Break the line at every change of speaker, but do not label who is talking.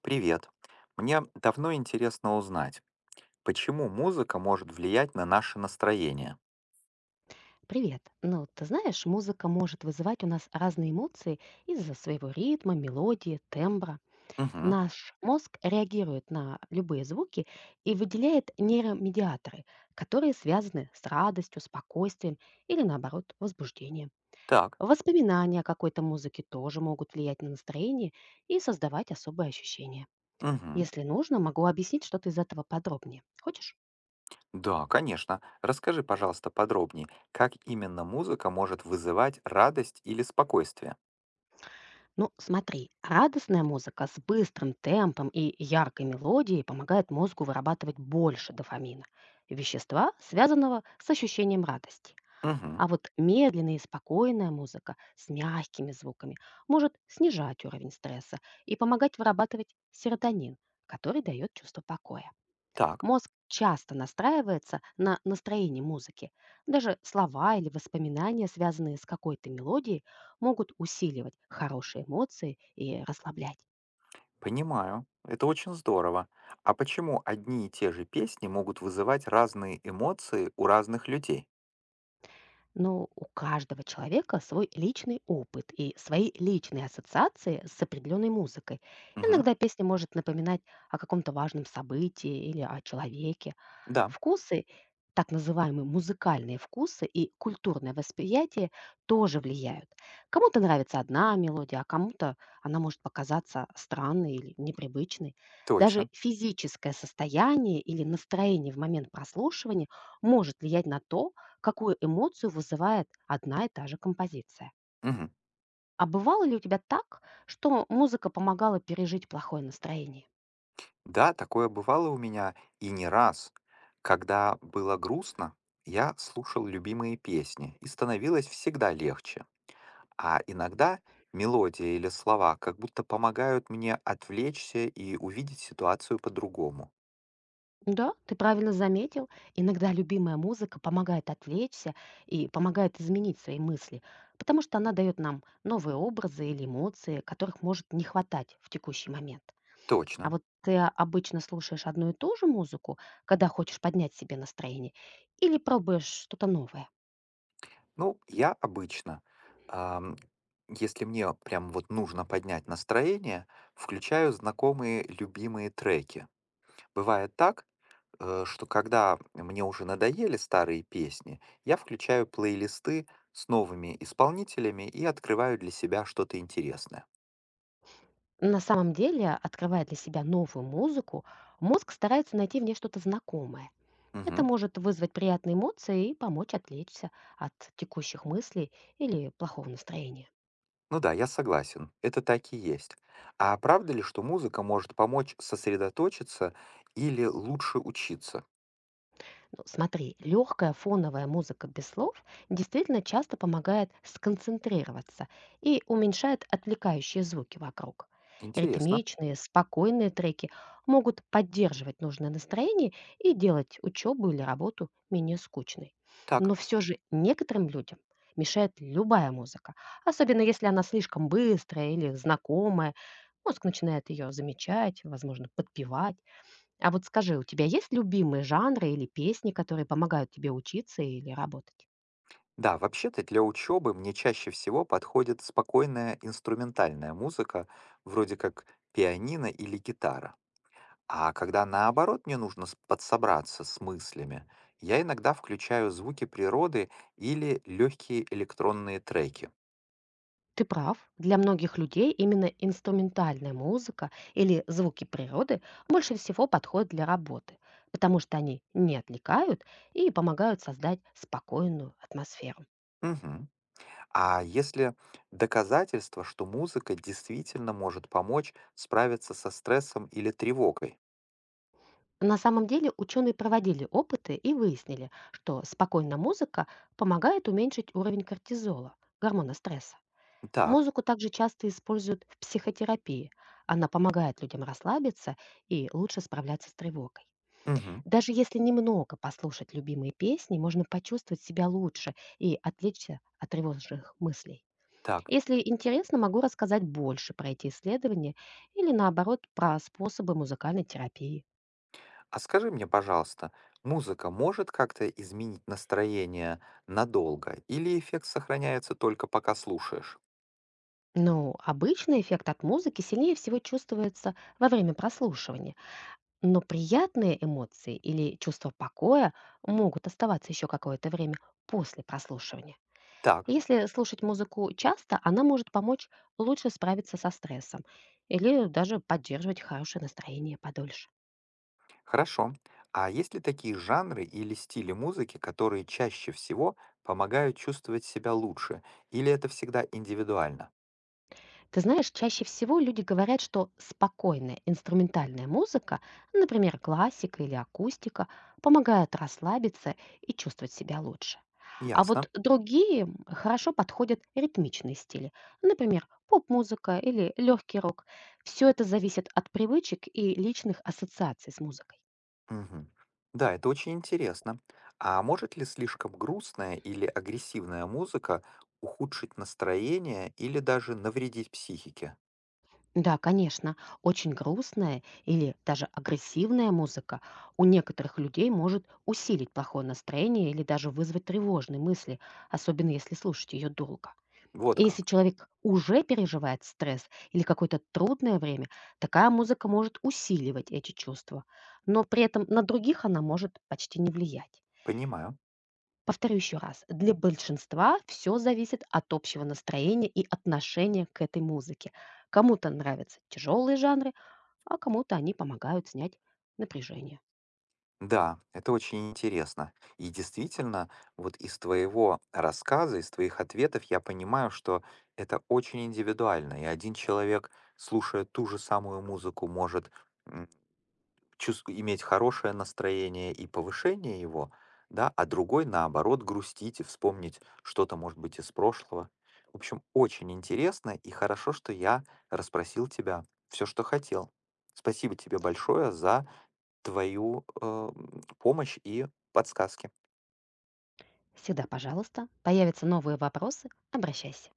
Привет. Мне давно интересно узнать, почему музыка может влиять на наше настроение.
Привет. Ну, ты знаешь, музыка может вызывать у нас разные эмоции из-за своего ритма, мелодии, тембра.
Угу,
Наш мозг реагирует на любые звуки и выделяет нейромедиаторы, которые связаны с радостью, спокойствием или, наоборот, возбуждением.
так,
Воспоминания о какой-то музыке тоже могут влиять на настроение и создавать особые ощущения.
угу.
Если нужно, могу объяснить что-то из этого подробнее. Хочешь?
Да, конечно. Расскажи, пожалуйста, подробнее, как именно музыка может вызывать радость или спокойствие.
Ну, смотри, радостная музыка с быстрым темпом и яркой мелодией помогает мозгу вырабатывать больше дофамина, вещества, связанного с ощущением радости. А
Угу,
вот медленная и спокойная музыка с мягкими звуками может снижать уровень стресса и помогать вырабатывать серотонин, который дает чувство покоя.
так,
Мозг часто настраивается на настроение музыки. Даже слова или воспоминания, связанные с какой-то мелодией, могут усиливать хорошие эмоции и расслаблять.
понимаю. Это очень здорово. А почему одни и те же песни могут вызывать разные эмоции у разных людей?
Но у каждого человека свой личный опыт и свои личные ассоциации с определенной музыкой.
Угу,
Иногда песня может напоминать о каком-то важном событии или о человеке.
да,
Вкусы, так называемые музыкальные вкусы и культурное восприятие тоже влияют. Кому-то нравится одна мелодия, а кому-то она может показаться странной или непривычной. Даже
точно.
физическое состояние или настроение в момент прослушивания может влиять на то, какую эмоцию вызывает одна и та же композиция.
Мгм.
А бывало ли у тебя так, что музыка помогала пережить плохое настроение?
Да, такое бывало у меня и не раз. Когда было грустно, я слушал любимые песни, и становилось всегда легче. А иногда мелодия или слова как будто помогают мне отвлечься и увидеть ситуацию по-другому.
Да, ты правильно заметил. Иногда любимая музыка помогает отвлечься и помогает изменить свои мысли, потому что она дает нам новые образы или эмоции, которых может не хватать в текущий момент. А
Точно.
вот ты обычно слушаешь одну и ту же музыку, когда хочешь поднять себе настроение, или пробуешь что-то новое?
Ну, я обычно, ам, Если мне прям вот нужно поднять настроение, включаю знакомые любимые треки. Бывает так, что когда мне уже надоели старые песни, я включаю плейлисты с новыми исполнителями и открываю для себя что-то интересное.
На самом деле, открывая для себя новую музыку, мозг старается найти в ней что-то знакомое. Это
Мгм.
может вызвать приятные эмоции и помочь отвлечься от текущих мыслей или плохого настроения.
Ну да, я согласен, это так и есть. А правда ли, что музыка может помочь сосредоточиться или лучше учиться?
Ну, смотри, легкая фоновая музыка без слов действительно часто помогает сконцентрироваться и уменьшает отвлекающие звуки вокруг.
Интересно.
Ритмичные, спокойные треки могут поддерживать нужное настроение и делать учебу или работу менее скучной.
Так,
Но все же некоторым людям мешает любая музыка, особенно если она слишком быстрая или знакомая. Мозг начинает ее замечать, возможно, подпевать. А вот скажи, у тебя есть любимые жанры или песни, которые помогают тебе учиться или работать?
да, вообще-то для учебы мне чаще всего подходит спокойная инструментальная музыка, вроде как пианино или гитара. А когда наоборот мне нужно подсобраться с мыслями, я иногда включаю звуки природы или легкие электронные треки.
Ты прав, для многих людей именно инструментальная музыка или звуки природы больше всего подходят для работы, потому что они не отвлекают и помогают создать спокойную атмосферу.
Мгм. А если доказательство, что музыка действительно может помочь справиться со стрессом или тревогой?
На самом деле ученые проводили опыты и выяснили, что спокойная музыка помогает уменьшить уровень кортизола, гормона стресса.
Так,
Музыку также часто используют в психотерапии. Она помогает людям расслабиться и лучше справляться с тревогой.
мгм,
Даже если немного послушать любимые песни, можно почувствовать себя лучше и отвлечься от тревожных мыслей.
так.
Если интересно, могу рассказать больше про эти исследования или наоборот про способы музыкальной терапии.
А скажи мне, пожалуйста, музыка может как-то изменить настроение надолго или эффект сохраняется только пока слушаешь?
Но обычно эффект от музыки сильнее всего чувствуется во время прослушивания. Но приятные эмоции или чувство покоя могут оставаться еще какое-то время после прослушивания.
Так.
Если слушать музыку часто, она может помочь лучше справиться со стрессом или даже поддерживать хорошее настроение подольше.
Хорошо. А есть ли такие жанры или стили музыки, которые чаще всего помогают чувствовать себя лучше? Или это всегда индивидуально?
Ты знаешь, чаще всего люди говорят, что спокойная инструментальная музыка, например, классика или акустика, помогают расслабиться и чувствовать себя лучше. А
Ясно.
вот другие хорошо подходят ритмичные стили, например, поп-музыка или легкий рок. Все это зависит от привычек и личных ассоциаций с музыкой.
Мгм. Да, это очень интересно. А может ли слишком грустная или агрессивная музыка ухудшить настроение или даже навредить психике?
Да, конечно, очень грустная или даже агрессивная музыка у некоторых людей может усилить плохое настроение или даже вызвать тревожные мысли, особенно если слушать ее долго.
Вот
И если
как.
человек уже переживает стресс или какое-то трудное время, такая музыка может усиливать эти чувства, но при этом на других она может почти не влиять.
Понимаю.
Повторю еще раз, для большинства все зависит от общего настроения и отношения к этой музыке. Кому-то нравятся тяжелые жанры, а кому-то они помогают снять напряжение.
Да, это очень интересно. И действительно, вот из твоего рассказа, из твоих ответов я понимаю, что это очень индивидуально. И один человек, слушая ту же самую музыку, может м, иметь хорошее настроение и повышение его, да, а другой, наоборот, грустить и вспомнить что-то, может быть, из прошлого. В общем, очень интересно и хорошо, что я расспросил тебя все, что хотел. Спасибо тебе большое за твою помощь и подсказки.
Всегда, пожалуйста, появятся новые вопросы, обращайся.